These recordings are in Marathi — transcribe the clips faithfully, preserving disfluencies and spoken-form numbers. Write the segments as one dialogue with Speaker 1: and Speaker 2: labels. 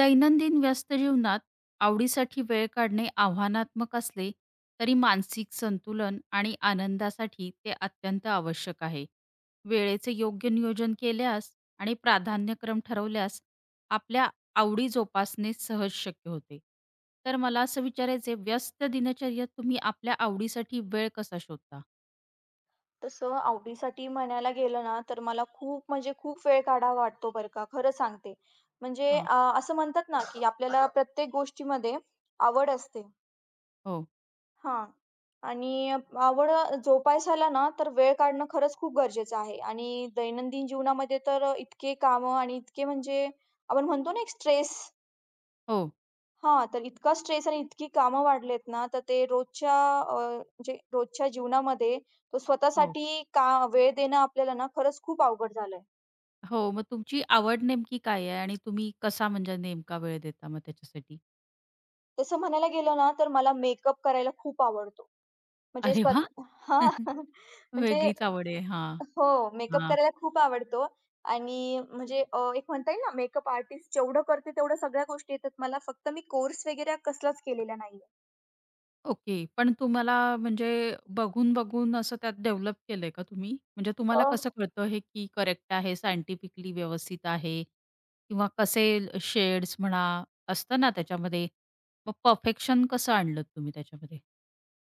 Speaker 1: दैनंदिन व्यस्त जीवनात आवडीसाठी वेळ काढणे आव्हानात्मक असले तरी मानसिक संतुलन आणि आनंदासाठी ते अत्यंत आवश्यक आहे. वेळेचे योग्य नियोजन केल्यास आणि प्राधान्यक्रम ठरवल्यास आपल्या आवडी जोपासणे सहज शक्य होते. तर मला असं विचारायचं व्यस्त दिनचर्येत तुम्ही आपल्या आवडीसाठी वेळ कसा शोधता?
Speaker 2: तसं आवडीसाठी म्हणायला गेलं ना, तर मला खूप म्हणजे खूप वेळ काढावा वाटतो बरं का, खरं सांगते. म्हणजे
Speaker 1: हां.
Speaker 2: अ, असं म्हणतात ना, की आपल्याला प्रत्येक गोष्टीमध्ये आवड असते
Speaker 1: हो,
Speaker 2: हां. आणि आवड अ, जोपासायला ना, तर वेळ काढणं खरंच खूप गरजेचं आहे. आणि दैनंदिन जीवनामध्ये तर इतके कामं आणि इतके म्हणजे आपण म्हणतो ना, एक स्ट्रेस
Speaker 1: हो,
Speaker 2: हां, तर इतका स्ट्रेस आणि इतकी कामं वाढलेत ना, तर ते रोजच्या अ, म्हणजे रोजच्या जीवनामध्ये तो
Speaker 1: हो.
Speaker 2: स्वतःसाठी का वेळ देणं आपल्याला ना, खरंच खूप अवघड झालंय.
Speaker 1: हो, मग तुमची आवड नेमकी काय आहे आणि तुम्ही कसा म्हणजे नेमका वेळ देता मग त्याच्यासाठी?
Speaker 2: तसं म्हणायला गेलं ना, तर मला मेकअप करायला खूप आवडतो. म्हणजे
Speaker 1: अरे वाह!
Speaker 2: स्वतः हां, म्हणजे
Speaker 1: वेगळीच आवड आहे. हां,
Speaker 2: हो, मेकअप
Speaker 1: हां.
Speaker 2: करायला खूप आवडतो आणि म्हणजे अ, एक म्हणता येईल ना, मेकअप आर्टिस्ट जेवढं करते, तेवढ्या सगळ्या गोष्टी येतात मला. फक्त मी कोर्स वगैरे कसलाच केलेला नाहीये.
Speaker 1: ओके. पण तुम्हाला म्हणजे बघून-बघून असं त्यात डेव्हलप केलंय का तुम्ही? म्हणजे
Speaker 2: अ
Speaker 1: तुम्हाला कसं कळतं हे की करेक्ट आहे, सायंटिफिकली व्यवस्थित आहे किंवा कसे शेड्स म्हणा असतं ना त्याच्यामध्ये, मग परफेक्शन कसं आणलत तुम्ही त्याच्यामध्ये?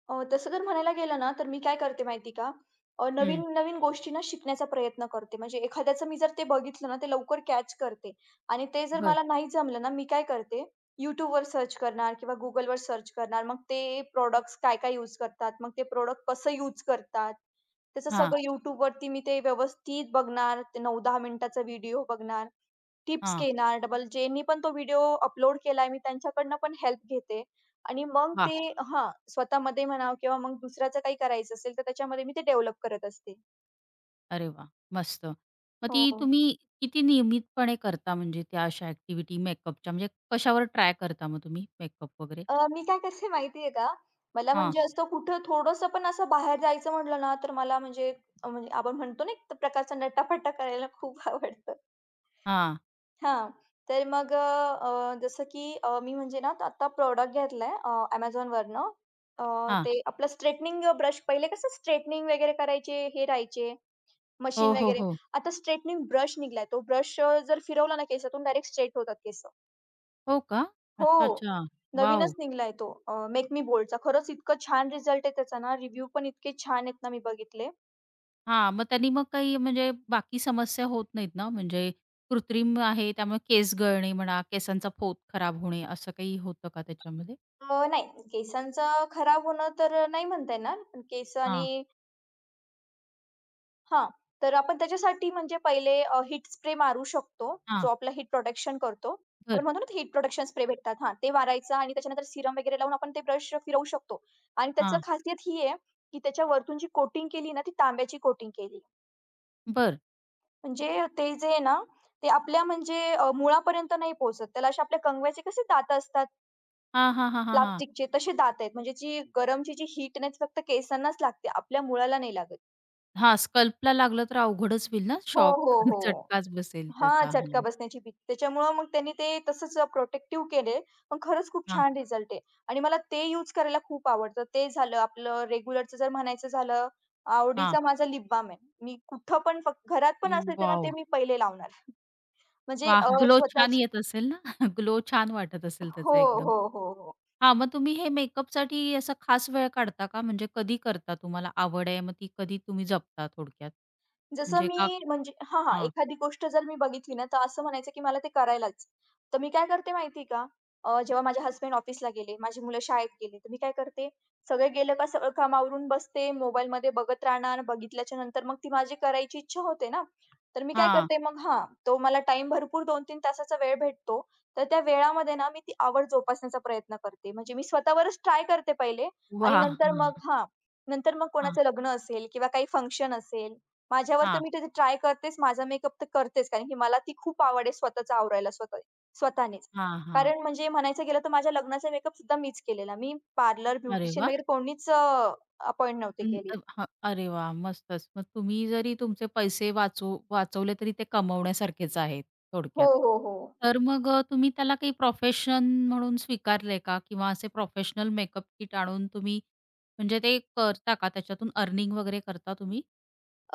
Speaker 2: अ, तसं जर म्हणायला गेलं ना, तर मी काय करते माहिती आहे का? अ,
Speaker 1: हं.
Speaker 2: नवीन-नवीन गोष्टी ना शिकण्याचा प्रयत्न करते. म्हणजे एखाद्याचं मी जर ते बघितलं ना, ते लवकर कॅच करते आणि ते जर
Speaker 1: बरं.
Speaker 2: मला नाही जमलं ना, मी काय करते, YouTubeवर सर्च करणार किंवा Googleवर सर्च करणार. मग ते प्रॉडक्ट्स काय-काय यूज करतात, मग ते प्रॉडक्ट कसं यूज करतात, त्याचं
Speaker 1: हां,
Speaker 2: सगळं YouTubeवरती मी ते व्यवस्थित बघणार. ते नऊ ते दहा मिनिटाचा व्हिडिओ बघणार, टिप्स
Speaker 1: हां.
Speaker 2: घेणार. डबल ज्यांनी पण तो व्हिडिओ अपलोड केलाय, मी त्यांच्याकडनं पण हेल्प घेते. आणि मग
Speaker 1: वाह!
Speaker 2: ते हां, स्वतःमध्ये म्हणावं किंवा मग दुसऱ्याचं काही करायचं असेल, तर त्याच्यामध्ये मी ते डेव्हलप करत असते.
Speaker 1: अरे वाह! मस्त. मग ती
Speaker 2: हो.
Speaker 1: तुम्ही किती नियमितपणे करता म्हणजे त्या अशा ॲक्टिव्हिटी मेकअपच्या म्हणजे कशावर ट्राय करता मग तुम्ही मेकअप वगैरे?
Speaker 2: अ, मी काय करते माहिती आहे का? मला
Speaker 1: हां,
Speaker 2: म्हणजे असं कुठं थोडंसं पण असं बाहेर जायचं म्हटलं ना, तर मला म्हणजे अ, म्हणजे आपण म्हणतो ना, एक प्रकारचा नटाफटा करायला खूप आवडतं.
Speaker 1: हां,
Speaker 2: हां, तर मग अ, जसं की अ, मी म्हणजे ना, आता प्रॉडक्ट घेतलाय अ, Amazonवरनं. अ,
Speaker 1: हां.
Speaker 2: ते आपलं स्ट्रेटनिंग ब्रश पहिले कसं स्ट्रेटनिंग वगैरे करायचे, हे राहायचे.
Speaker 1: हो,
Speaker 2: मशीन
Speaker 1: हो,
Speaker 2: वगैरे.
Speaker 1: हो.
Speaker 2: आता स्ट्रेटनिंग ब्रश निघालाय. तो ब्रश जर फिरवला ना केसातून डायरेक्ट स्ट्रेट होतात केस. हो.
Speaker 1: हो का?
Speaker 2: हो.
Speaker 1: अच्छा, अच्छा.
Speaker 2: नवीनच
Speaker 1: वॉव!
Speaker 2: निघालाय तो मेक मी बोल्डचा. खरंच इतकं छान रिझल्ट आहे त्याचा ना. रिव्ह्यू पण इतके छान आहेत ना मी बघितले.
Speaker 1: हां, मग त्यांनी मग काही म्हणजे बाकी समस्या होत नाहीत ना? म्हणजे कृत्रिम आहे त्यामुळे केस गळणे म्हणा, केसांचा पोत खराब होणे असं काही होतं का त्याच्यामध्ये?
Speaker 2: अ, नाही केसांचं खराब होणं तर अ, नाही म्हणता येणार. पण केस
Speaker 1: हां,
Speaker 2: आणि हां. तर आपण त्याच्यासाठी म्हणजे पहिले अ, स्प्रे मारू शकतो. जो
Speaker 1: हां.
Speaker 2: आपला हीट प्रोटेक्शन करतो. आपण
Speaker 1: बरं.
Speaker 2: म्हणतो ना हीट प्रोटेक्शन स्प्रे भेटतात. हां, ते मारायचं आणि त्याच्यानंतर सीरम वगैरे लावून आपण ते ब्रश फिरवू शकतो. आणि त्याचं
Speaker 1: हां,
Speaker 2: खासियत ही आहे, की त्याच्या वरतून जी कोटिंग केली ना, ती तांब्याची कोटिंग केली.
Speaker 1: बरं.
Speaker 2: म्हणजे ते जे आहे ना, ते आपल्या म्हणजे अ, मुळापर्यंत नाही पोहोचत. त्याला असे आपल्या कंगव्याचे कसे दात असतात
Speaker 1: हां, हां, हां, हां, हां.
Speaker 2: प्लास्टिकचे, तसे दात आहेत. म्हणजे जी गरमची जी हीट आहे ती फक्त केसांनाच लागते. आपल्या मुळाला नाही लागत.
Speaker 1: हां, स्कल्पला लागलं तर अवघडच होईल ना
Speaker 2: हो,
Speaker 1: शॉक
Speaker 2: हो, हो.
Speaker 1: चटकाच बसेल
Speaker 2: हां,
Speaker 1: त्याचा.
Speaker 2: चटका
Speaker 1: हां,
Speaker 2: बसण्याची भीती. त्याच्यामुळं मग त्यांनी ते तसंच प्रोटेक्टिव्ह केले. पण खरंच खूप
Speaker 1: हां,
Speaker 2: छान रिझल्ट आहे आणि मला ते यूज करायला खूप आवडतं. ते झालं आपलं रेग्युलरचं जर म्हणायचं झालं,
Speaker 1: हां.
Speaker 2: आवडीचा माझा लिप बाल्म आहे. मी कुठं पण फक्त घरात पण असेल तर ना, ते
Speaker 1: वॉव!
Speaker 2: मी पहिले लावणार. म्हणजे
Speaker 1: वाह!
Speaker 2: अ,
Speaker 1: ग्लो छान
Speaker 2: स्वतःची
Speaker 1: येत असेल ना? ग्लो छान वाटत असेल
Speaker 2: हो,
Speaker 1: त्याचा एकदम.
Speaker 2: हो, हो, हो.
Speaker 1: हां, मग तुम्ही हे मेकअपसाठी असा खास वेळ काढता का? म्हणजे कधी करता? तुम्हाला आवड आहे, मग ती कधी तुम्ही जपता थोडक्यात?
Speaker 2: जसं
Speaker 1: म्हणजे
Speaker 2: मी
Speaker 1: का
Speaker 2: म्हणजे हां, हां.
Speaker 1: हां,
Speaker 2: एखादी गोष्ट जर मी बघितली ना, तर असं म्हणायचं की मला ते करायलाच. तर मी काय करते माहिती का? अ, जेव्हा माझे हसबंड ऑफिसला गेले, माझी मुलं शाळेत गेले तर मी काय करते, सगळे गेलं का सगळं काम आवरून बसते, मोबाईलमध्ये बघत राहणार. बघितल्याच्या नंतर मग ती माझी करायची इच्छा होते ना, तर मी काय
Speaker 1: हां.
Speaker 2: करते मग हां, तो मला टाईम भरपूर दोन ते तीन तासाचा वेळ भेटतो. तर त्या वेळामध्ये ना, मी ती आवड जोपासण्याचा प्रयत्न करते. म्हणजे मी स्वतःवरच ट्राय करते पहिले आणि
Speaker 1: वाह!
Speaker 2: नंतर मग हां, नंतर मग
Speaker 1: हां,
Speaker 2: कोणाचं लग्न असेल किंवा काही फंक्शन असेल माझ्यावर तर
Speaker 1: हां,
Speaker 2: मी कधी ट्राय करतेच, माझा मेकअप तर करतेच. कारण की मला ती खूप आवड आहे स्वतःच आवरायला स्वतः स्वतःनेच.
Speaker 1: हां, हां.
Speaker 2: कारण म्हणजे म्हणायचं गेलं तर माझ्या लग्नाचा मेकअप सुद्धा मीच केलेला. मी पार्लर,
Speaker 1: अरे
Speaker 2: ब्युटिशियन
Speaker 1: वाह!
Speaker 2: वगैरे कोणीच अपॉइंट नव्हती
Speaker 1: अं,
Speaker 2: केली.
Speaker 1: अ, हां, अरे वाह! मस्तच. मग तुम्ही जरी तुमचे पैसे वाचव वाचवले तरी ते कमवण्यासारखेच आहेत थोडक्यात.
Speaker 2: हो, हो, हो.
Speaker 1: तर मग अ, तुम्ही त्याला काही प्रोफेशन म्हणून स्वीकारलंय का? किंवा असे प्रोफेशनल मेकअप किट आणून तुम्ही म्हणजे ते करता का? त्याच्यातून अर्निंग वगैरे करता तुम्ही?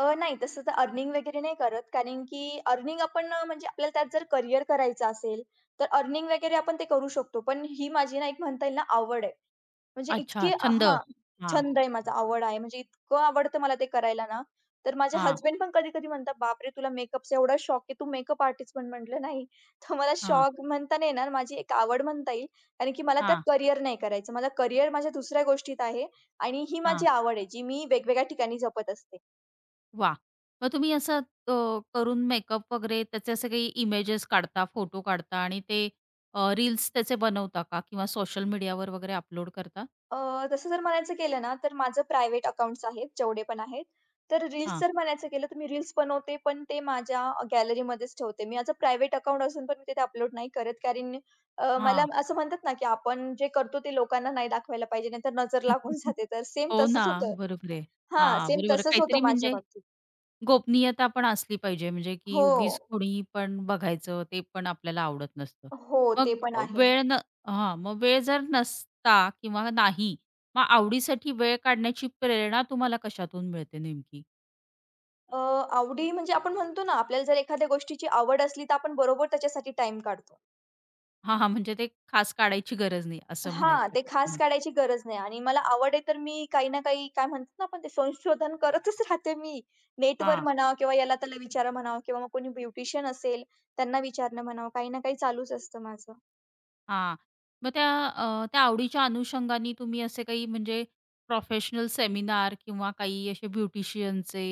Speaker 2: अ, नाही तसं तर अर्निंग वगैरे नाही करत. कारण की अर्निंग आपण अ, म्हणजे आपल्याला त्यात जर करियर करायचं असेल, तर अर्निंग वगैरे आपण ते करू शकतो. पण ही माझी ना एक म्हणता येईल ना आवड आहे. म्हणजे
Speaker 1: अच्छा,
Speaker 2: इतकी
Speaker 1: छंद.
Speaker 2: हां,
Speaker 1: हां,
Speaker 2: छंद आहे माझा, आवड आहे. म्हणजे इतकं आवडतं मला ते करायला ना, तर माझे
Speaker 1: हां,
Speaker 2: हसबंड पण कधी-कधी म्हणतात, "बापरे! तुला मेकअपचा एवढा शौक आहे, तू मेकअप आर्टिस्ट बन." म्हटलं, "नाही." तर मला
Speaker 1: हां,
Speaker 2: शौक म्हणता नाही येणार, माझी एक आवड म्हणता येईल. कारण की मला त्यात
Speaker 1: हां,
Speaker 2: करियर नाही करायचं. मला करियर माझ्या दुसऱ्या गोष्टीत आहे आणि ही माझी
Speaker 1: हां.
Speaker 2: आवड आहे, जी मी वेगवेगळ्या ठिकाणी जपत असते.
Speaker 1: वाह! मग तुम्ही असं अ, करून मेकअप वगैरे त्याचे असे काही इमेजेस काढता, फोटो काढता आणि ते रील्स त्याचे बनवता का? किंवा सोशल मीडियावर वगैरे अपलोड करता?
Speaker 2: अ, तसं जर म्हणायचं केलं ना, तर माझं प्रायव्हेट अकाउंट्स आहेत, जेवढे पण आहेत. तर रील्स
Speaker 1: हां,
Speaker 2: जर म्हणायचं केलं, तर मी रील्स बनवते, पण ते माझ्या अ, गॅलरीमध्येच ठेवते. मी माझं प्रायव्हेट अकाउंट असून पण मी तिथे अपलोड नाही करत, कारण अ, मला
Speaker 1: हां.
Speaker 2: असं म्हणतात ना, की आपण जे करतो ते लोकांना नाही दाखवायला पाहिजे, नाहीतर नजर लागून जाते. तर सेम
Speaker 1: हो ना,
Speaker 2: तसंच होतं
Speaker 1: बरोबर आहे.
Speaker 2: हां,
Speaker 1: हां,
Speaker 2: सेम
Speaker 1: बरोबर आहे.
Speaker 2: तसंच
Speaker 1: काहीतरी
Speaker 2: होतं माझ्या
Speaker 1: म्हणजे
Speaker 2: बाबतीत.
Speaker 1: गोपनीयता पण असली पाहिजे, म्हणजे की
Speaker 2: हो.
Speaker 1: उगीच कोणी पण बघायचं, ते पण आपल्याला आवडत नसतं.
Speaker 2: हो, ते
Speaker 1: मग
Speaker 2: पण
Speaker 1: अ,
Speaker 2: आहे.
Speaker 1: वेळ न हां, मग वेळ जर नसता किंवा नाही, मग आवडीसाठी वेळ काढण्याची प्रेरणा तुम्हाला कशातून मिळते नेमकी?
Speaker 2: अ, आवडी म्हणजे आपण म्हणतो ना, आपल्याला जर एखाद्या गोष्टीची आवड असली, तर आपण बरोबर त्याच्यासाठी टाईम काढतो.
Speaker 1: हां, हां, म्हणजे ते खास काढायची गरज नाही असं
Speaker 2: हां,
Speaker 1: म्हणायचं
Speaker 2: ते
Speaker 1: का
Speaker 2: खास
Speaker 1: तुम्हाला?
Speaker 2: काढायची गरज नाही आणि मला आवड आहे तर मी काही ना काही काय म्हणतात ना आपण ते संशोधन करतच राहते मी. नेटवर म्हणावं किंवा याला त्याला विचारा म्हणावं किंवा मग कोणी ब्युटिशियन असेल त्यांना विचारणं म्हणावं, काही ना काही चालूच असतं माझं.
Speaker 1: हां. मग त्या अ, त्या आवडीच्या अनुषंगाने तुम्ही असे काही म्हणजे प्रोफेशनल सेमिनार किंवा काही असे ब्युटिशियनचे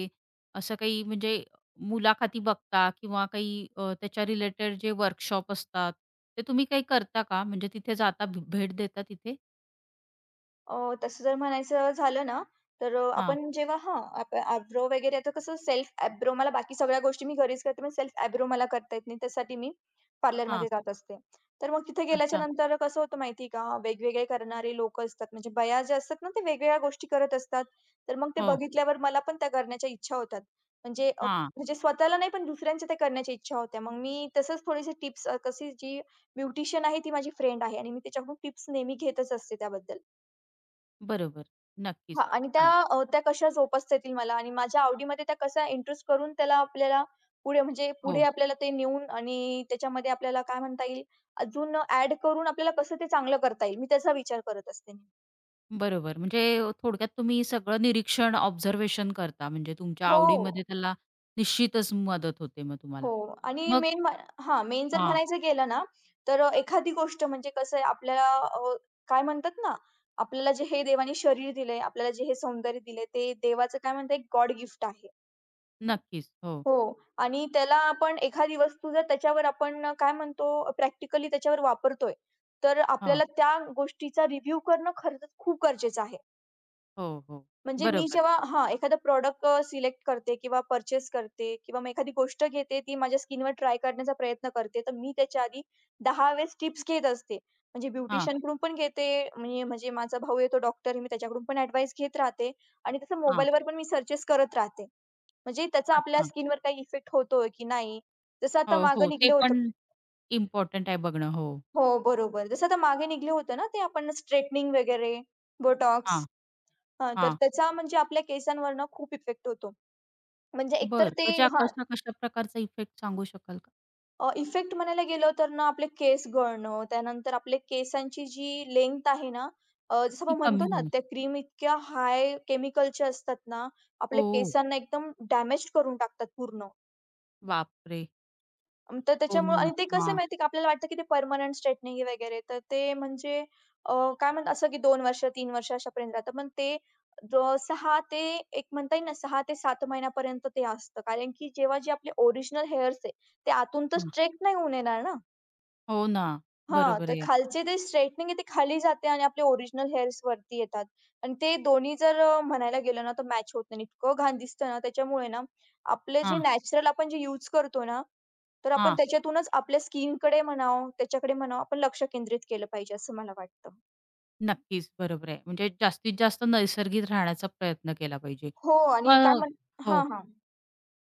Speaker 1: असं काही म्हणजे मुलाखती बघता किंवा काही अ, त्याच्या रिलेटेड जे वर्कशॉप असतात, ते तुम्ही काही करता का? म्हणजे तिथे जाता भ भेट देता तिथे?
Speaker 2: अ, तसं जर म्हणायचं झालं ना, तर अ,
Speaker 1: हां,
Speaker 2: आपण जेव्हा हां, आप आयब्रो वगैरे आता कसं सेल्फ आयब्रो मला बाकी सगळ्या गोष्टी मी घरीच करते, पण सेल्फ आयब्रो मला करता येत नाही. त्यासाठी मी पार्लरमध्ये
Speaker 1: हां.
Speaker 2: जात असते. तर मग तिथे गेल्याच्या
Speaker 1: अच्छा.
Speaker 2: नंतर कसं होतं माहिती आहे का, वेगवेगळे करणारे लोकं असतात. म्हणजे बाया ज्या असतात ना, ते वेगवेगळ्या गोष्टी करत असतात. तर मग ते
Speaker 1: हो.
Speaker 2: बघितल्यावर मला पण त्या करण्याच्या इच्छा होतात. म्हणजे अ,
Speaker 1: हां.
Speaker 2: म्हणजे स्वतःला नाही, पण दुसऱ्यांच्या त्या करण्याच्या इच्छा होत्या. मग मी तसंच थोडीशी टिप्स कशी जी ब्युटिशियन आहे, ती माझी फ्रेंड आहे आणि मी तिच्याकडून टिप्स नेहमी घेतच असते त्याबद्दल.
Speaker 1: बरोबर.
Speaker 2: हां
Speaker 1: नक्कीच.
Speaker 2: आणि त्या
Speaker 1: छान.
Speaker 2: अ, त्या कशा जोपासता येतील मला आणि माझ्या आवडीमध्ये त्या कशा इंट्रोड्यूस करून त्याला आपल्याला पुढे म्हणजे पुढे
Speaker 1: हो.
Speaker 2: आपल्याला ते नेऊन आणि त्याच्यामध्ये आपल्याला काय म्हणता येईल, अजून ॲड करून आपल्याला कसं ते चांगलं करता येईल, मी त्याचा विचार करत असते.
Speaker 1: बरोबर. म्हणजे थोडक्यात तुम्ही सगळं निरीक्षण, ऑब्झर्वेशन करता. म्हणजे तुमच्या
Speaker 2: हो.
Speaker 1: आवडीमध्ये त्याला निश्चितच मदत होते मग
Speaker 2: हो
Speaker 1: तुम्हाला.
Speaker 2: आणि
Speaker 1: मग
Speaker 2: मेन म्ह मेन जर
Speaker 1: हां.
Speaker 2: म्हणायचं गेलं ना, तर एखादी गोष्ट म्हणजे कसं आहे आपल्याला अ, काय म्हणतात ना, आपल्याला जे हे देवाने शरीर दिलंय, आपल्याला जे हे सौंदर्य दिलंय, ते देवाचं काय म्हणता गॉड गिफ्ट आहे.
Speaker 1: नक्कीच. हो.
Speaker 2: हो. आणि त्याला आपण एखादी वस्तू जर त्याच्यावर आपण अ, काय म्हणतो प्रॅक्टिकली त्याच्यावर वापरतोय, तर
Speaker 1: हां.
Speaker 2: आपल्याला त्या गोष्टीचा रिव्ह्यू करणं खरंच खूप गरजेचं आहे.
Speaker 1: हो, हो.
Speaker 2: म्हणजे मी
Speaker 1: बरोबर.
Speaker 2: जेव्हा हां, एखादं प्रॉडक्ट सिलेक्ट करते किंवा पर्चेस करते किंवा मग एखादी गोष्ट घेते, ती माझ्या स्किनवर ट्राय करण्याचा प्रयत्न करते, तर मी त्याच्या आधी दहा वेळेस टिप्स घेत असते. म्हणजे
Speaker 1: हां,
Speaker 2: ब्युटिशियनकडून पण घेते, मी म्हणजे माझा भाऊ आहे डॉक्टर मी त्याच्याकडून पण ॲडवाईस घेत राहते आणि तसं
Speaker 1: हां.
Speaker 2: मोबाईलवर पण मी सर्चेस करत राहते. म्हणजे त्याचा आपल्या
Speaker 1: अच्छा.
Speaker 2: स्किनवर काही इफेक्ट होतोय की नाही? जसं
Speaker 1: हो,
Speaker 2: आता मागे
Speaker 1: हो. ते
Speaker 2: निघलं होतं
Speaker 1: पण इम्पोर्टंट आहे बघणं. हो.
Speaker 2: हो, बरोबर. जसं आता मागे निघलं होतं ना, ते आपण स्ट्रेटनिंग वगैरे, बोटॉक्स
Speaker 1: हां,
Speaker 2: हां,
Speaker 1: हा
Speaker 2: तर त्याचा म्हणजे आपल्या केसांवर ना खूप इफेक्ट होतो. म्हणजे एकतर
Speaker 1: बरं.
Speaker 2: ते
Speaker 1: कशा
Speaker 2: हां,
Speaker 1: कशा कशा प्रकारचा इफेक्ट सांगू शकाल का?
Speaker 2: इफेक्ट म्हणायला गेलं तर ना आपले केस गळणं, त्यानंतर आपल्या केसांची जी लेंग्थ आहे ना, अ, जसं
Speaker 1: की
Speaker 2: आपण
Speaker 1: कमी
Speaker 2: म्हणतो ना,
Speaker 1: होईल?
Speaker 2: त्या क्रीम इतक्या हाय केमिकलच्या असतात ना, आपल्या
Speaker 1: ओह!
Speaker 2: केसांना एकदम डॅमेज करून टाकतात पूर्ण.
Speaker 1: बापरे!
Speaker 2: अं, तर
Speaker 1: हो
Speaker 2: त्याच्यामुळं
Speaker 1: ना.
Speaker 2: आणि ते कसं आहे
Speaker 1: हां,
Speaker 2: माहिती आहे का, आपल्याला वाटतं की ते परमनंट स्ट्रेटनिंग वगैरे, तर ते म्हणजे अ, काय म्हणतात असं की दोन वर्ष, तीन वर्ष अशापर्यंत राहतं. पण ते ज सहा ते एक म्हणता येईल ना सहा ते सात महिन्यापर्यंत ते असतं. कारण की जेव्हा जे आपले ओरिजिनल हेअर्स आहे, ते आतून तर
Speaker 1: हां.
Speaker 2: स्ट्रेट नाही होऊन येणार ना.
Speaker 1: हो ना.
Speaker 2: हां,
Speaker 1: बरोबर
Speaker 2: तर
Speaker 1: आहे.
Speaker 2: खालचे ते स्ट्रेटनिंग आहे, ते खाली जाते आणि आपले ओरिजिनल हेअर्स वरती येतात आणि ते दोन्ही जर अ, म्हणायला गेलं ना, तर मॅच होत नाही. इतकं घाण दिसतं ना, त्याच्यामुळे ना, आपले जे
Speaker 1: हां,
Speaker 2: नॅचरल आपण जे यूज करतो ना, तर आपण
Speaker 1: हां.
Speaker 2: त्याच्यातूनच आपल्या स्किनकडे म्हणावं, त्याच्याकडे म्हणावं, आपण लक्ष केंद्रित केलं पाहिजे, असं मला वाटतं.
Speaker 1: नक्कीच, बरोबर आहे. म्हणजे जास्तीत जास्त नैसर्गिक राहण्याचा प्रयत्न केला पाहिजे.
Speaker 2: हो आणि काय
Speaker 1: मग
Speaker 2: म्हण
Speaker 1: हो.
Speaker 2: हां, हां.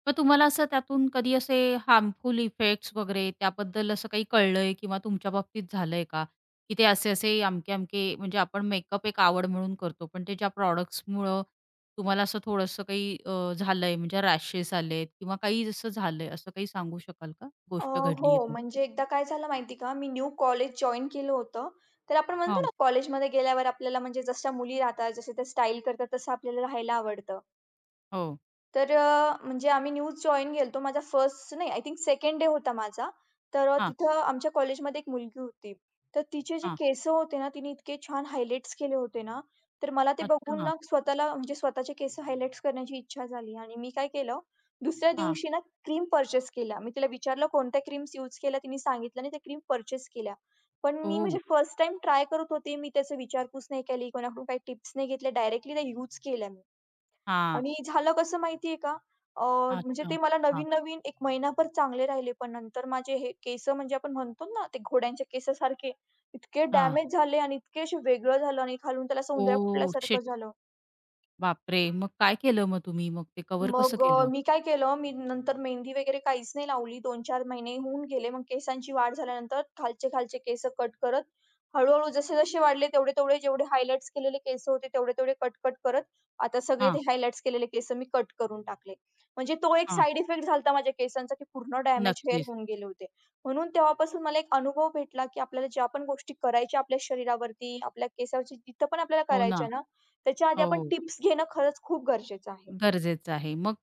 Speaker 1: मग तुम्हाला असं त्यातून कधी असे हार्मफुल इफेक्ट्स वगैरे त्याबद्दल असं काही कळलंय किंवा तुमच्या बाबतीत झालंय का? की ते असे-असे, अमके-अमके म्हणजे आपण मेकअप एक आवड म्हणून करतो, पण ते ज्या प्रॉडक्ट्समुळं तुम्हाला असं थोडंसं काही अ, झालंय म्हणजे रॅशेस आलेत किंवा काही असं झालंय, असं काही सांगू शकाल का?
Speaker 2: अ,
Speaker 1: गोष्ट घडलीये
Speaker 2: हो,
Speaker 1: तुमची?
Speaker 2: म्हणजे एकदा काय झालं माहिती का, मी न्यू कॉलेज जॉइन केलं होतं. तर आपण म्हणतो
Speaker 1: हां.
Speaker 2: ना, कॉलेजमध्ये गेल्यावर आपल्याला म्हणजे जशा मुली राहतात, जसे त्या स्टाईल करतात, तसं आपल्याला राहायला आवडतं.
Speaker 1: हो.
Speaker 2: तर अ, म्हणजे आम्ही न्यूज जॉइन केलतो. माझा फर्स्ट नाही आय थिंक सेकंड डे होता माझा. तर अ,
Speaker 1: हां,
Speaker 2: तिथं आमच्या कॉलेजमध्ये एक मुलगी होती. तर तिचे जे
Speaker 1: हां.
Speaker 2: केस होते ना, तिने इतके छान हायलाइट्स केले होते ना, तर मला ते बघून
Speaker 1: अच्छा.
Speaker 2: ना स्वतःला म्हणजे स्वतःचे केस हायलाइट्स करण्याची इच्छा झाली आणि मी काय केलं, दुसऱ्या
Speaker 1: हां.
Speaker 2: दिवशी ना क्रीम पर्चेस केल्या. मी तिला विचारलं कोणत्या क्रीम्स यूज केल्या, तिने सांगितलं आणि त्या क्रीम पर्चेस केल्या. पण मी
Speaker 1: ओह!
Speaker 2: म्हणजे फर्स्ट टाईम ट्राय करत होते. मी त्याचा विचारपूस नाही केली, कोणाकडून काही टिप्स नाही घेतल्या. डायरेक्टली त्या यूज केल्या मी.
Speaker 1: हां.
Speaker 2: आणि झालं कसं माहितीये का? अ, म्हणजे
Speaker 1: अच्छा.
Speaker 2: ते मला
Speaker 1: हां,
Speaker 2: नवीन-नवीन एक महिनाभर चांगले राहिले, पण नंतर माझे हे केस म्हणजे आपण म्हणतो ना, ते घोड्यांच्या केसासारखे इतके
Speaker 1: हां.
Speaker 2: डॅमेज झाले आणि इतके असे वेगळं झालं आणि खालून त्याला सौंदर्य
Speaker 1: ओ,
Speaker 2: फुटल्यासारखं
Speaker 1: शिट!
Speaker 2: झालं.
Speaker 1: बापरे! मग काय केलं मग तुम्ही? मग ते कव्हर कसं
Speaker 2: मग अ,
Speaker 1: केलं?
Speaker 2: मी काय केलं, मी नंतर मेहंदी वगैरे काहीच नाही लावली. दोन ते चार महिने होऊन गेले. मग केसांची वाढ झाल्यानंतर खालचे-खालचे केस कट करत, हळू जसे-जसे वाढले तेवढे-तेवढे जेवढे हायलाइट्स केलेले केस होते तेवढे-तेवढे कट-कट करत, आता सगळे ते
Speaker 1: हां,
Speaker 2: हायलाइट्स केलेले केस मी कट करून टाकले. म्हणजे तो एक
Speaker 1: हां.
Speaker 2: साइड इफेक्ट झाला होता माझ्या केसांचा, की पूर्ण डॅमेज हेअर
Speaker 1: नक्कीच.
Speaker 2: होऊन गेले होते. म्हणून तेव्हापासून मला एक अनुभव भेटला, की आपल्याला ज्या पण गोष्टी करायच्या आपल्या शरीरावरती, आपल्या केसावरती जिथं पण आपल्याला
Speaker 1: हो ना.
Speaker 2: करायच्या ना, त्याच्या आधी आपण
Speaker 1: हो.
Speaker 2: टिप्स घेणं खरंच खूप गरजेचं आहे.
Speaker 1: गरजेचं आहे. मग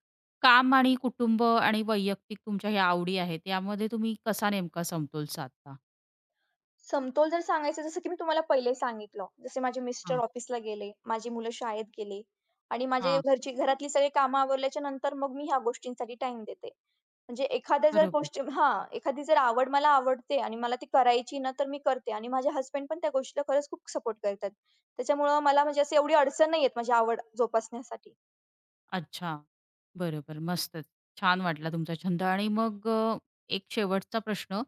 Speaker 1: काम आणि कुटुंब आणि वैयक्तिक तुमच्या ह्या आवडी आहेत, यामध्ये तुम्ही कसा नेमका समतोल साधता?
Speaker 2: समतोल जर सांगायचा जसं की मी तुम्हाला पहिले सांगितलं. जसे माझे मिस्टर
Speaker 1: हां,
Speaker 2: ऑफिसला गेले, माझी मुलं शाळेत गेले आणि माझे
Speaker 1: हां.
Speaker 2: घरची घरातली सगळी कामं आवरल्याच्या नंतर मग मी ह्या गोष्टींसाठी टाइम देते. म्हणजे एखाद्या जर
Speaker 1: बरोबर.
Speaker 2: गोष्टी हां, एखादी जर आवड मला आवडते आणि मला ती करायची ना, तर मी करते आणि माझे हसबंड पण त्या गोष्टीला खरंच खूप सपोर्ट करतात. त्याच्यामुळं मला म्हणजे अशी एवढी अडचण नाही येत माझी आवड जोपासण्यासाठी.
Speaker 1: अच्छा. बरोबर. मस्तच. छान वाटला तुमचा छंद आणि मग अ, एक शेवटचा प्रश्न,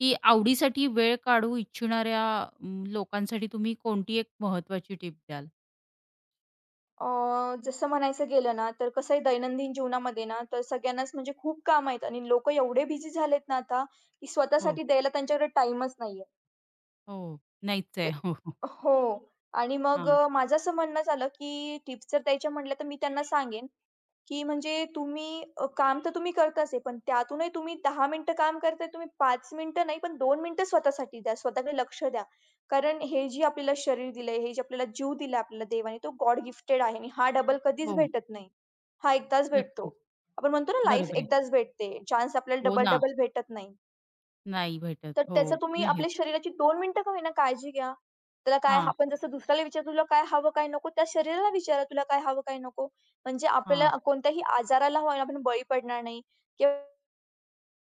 Speaker 1: की आवडीसाठी वेळ काढू इच्छिणाऱ्या अं, लोकांसाठी तुम्ही कोणती एक महत्त्वाची टिप द्याल?
Speaker 2: अ, जसं म्हणायचं गेलं ना, तर कसं आहे दैनंदिन जीवनामध्ये ना, तर सगळ्यांनाच म्हणजे खूप काम आहेत आणि लोकं एवढे बिझी झालेत ना आता, की
Speaker 1: हो.
Speaker 2: स्वतःसाठी द्यायला त्यांच्याकडे टाईमच नाहीये.
Speaker 1: हो, नाहीच
Speaker 2: तर
Speaker 1: आहे. हो, हो.
Speaker 2: हो. आणि मग
Speaker 1: हां.
Speaker 2: अ, माझं असं म्हणणं झालं, की टिप्स जर द्यायच्या म्हटल्या, तर मी त्यांना सांगेन, की म्हणजे तुम्ही अ, काम तर तुम्ही करताच आहे, पण त्यातूनही तुम्ही दहा मिनिटं काम करताय, तुम्ही पाच मिनिटं नाही, पण दोन मिनिटं स्वतःसाठी द्या. स्वतःकडे लक्ष द्या. कारण हे जे आपल्याला शरीर दिलंय, हे जे आपल्याला जीव दिला आपल्याला देवाने, तो गॉड गिफ्टेड आहे आणि हा डबल कधीच
Speaker 1: हो,
Speaker 2: भेटत नाही. हा एकदाच
Speaker 1: नक्कीच.
Speaker 2: भेटतो. आपण म्हणतो ना, लाईफ
Speaker 1: बरोबर आहे.
Speaker 2: एकदाच भेटते. चान्स आपल्याला
Speaker 1: हो ना,
Speaker 2: डबल-डबल भेटत नाही.
Speaker 1: नाही भेटत.
Speaker 2: तर त्याचं
Speaker 1: हो,
Speaker 2: तुम्ही
Speaker 1: ते आहेच.
Speaker 2: आपल्या शरीराची दोन मिनिटं का होईना काळजी घ्या. त्याला काय
Speaker 1: हां,
Speaker 2: आपण जसं दुसऱ्याला विचारतो, "तुला काय हवं, काय नको?" त्या शरीराला विचारा, "तुला काय हवं, काय नको?" म्हणजे
Speaker 1: हां.
Speaker 2: आपल्याला कोणत्याही आजाराला होईना आपण बळी पडणार नाही किंवा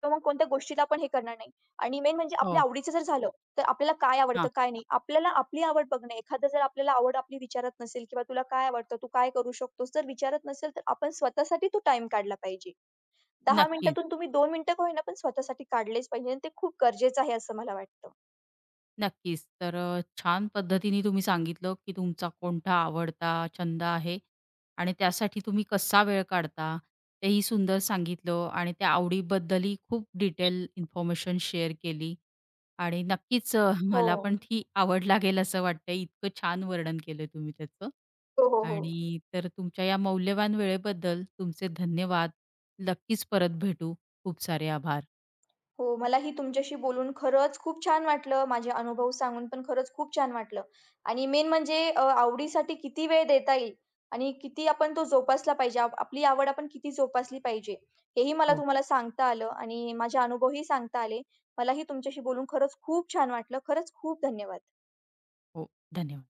Speaker 2: मग कोणत्या गोष्टीला आपण हे करणार नाही. आणि मेन म्हणजे आपल्या
Speaker 1: हो,
Speaker 2: आवडीचं जर झालं, तर आपल्याला काय
Speaker 1: हां.
Speaker 2: आवडतं, काय नाही. आपल्याला आपली आवड बघणे. एखादं जर आपल्याला आवड आपली विचारत नसेल किंवा "तुला काय आवडतं? तू काय करू शकतोस?" जर विचारत नसेल, तर आपण स्वतःसाठी तो टाईम काढला पाहिजे. दहा
Speaker 1: नक्कीच.
Speaker 2: मिनिटातून तुम्ही दोन मिनिटं का होईना, पण स्वतःसाठी काढलेच पाहिजे आणि ते खूप गरजेचं आहे असं मला वाटतं.
Speaker 1: नक्कीच. तर अ, छान पद्धतीने तुम्ही सांगितलं, की तुमचा कोणता आवडता छंद आहे आणि त्यासाठी तुम्ही कसा वेळ काढता, तेही सुंदर सांगितलं आणि त्या आवडीबद्दलही खूप डिटेल इन्फॉर्मेशन शेअर केली आणि नक्कीच अ,
Speaker 2: हो.
Speaker 1: मला पण ती आवड लागेल असं वाटतं. इतकं छान वर्णन केलं तुम्ही त्याचं
Speaker 2: हो, हो, हो.
Speaker 1: आणि तर तुमच्या या मौल्यवान वेळेबद्दल तुमचे धन्यवाद. नक्कीच परत भेटू. खूप सारे आभार.
Speaker 2: हो, मलाही तुमच्याशी बोलून खरंच खूप छान वाटलं. माझे अनुभव सांगून पण खरंच खूप छान वाटलं. आणि मेन म्हणजे अ, आवडीसाठी किती वेळ देता येईल आणि किती आपण तो जोपासला पाहिजे. आप आपली आवड आपण किती जोपासली पाहिजे, हेही मला
Speaker 1: हो,
Speaker 2: तुम्हाला सांगता आलं आणि माझे अनुभवही सांगता आले. मलाही तुमच्याशी बोलून खरंच खूप छान वाटलं. खरंच खूप धन्यवाद.
Speaker 1: हो. धन्यवाद.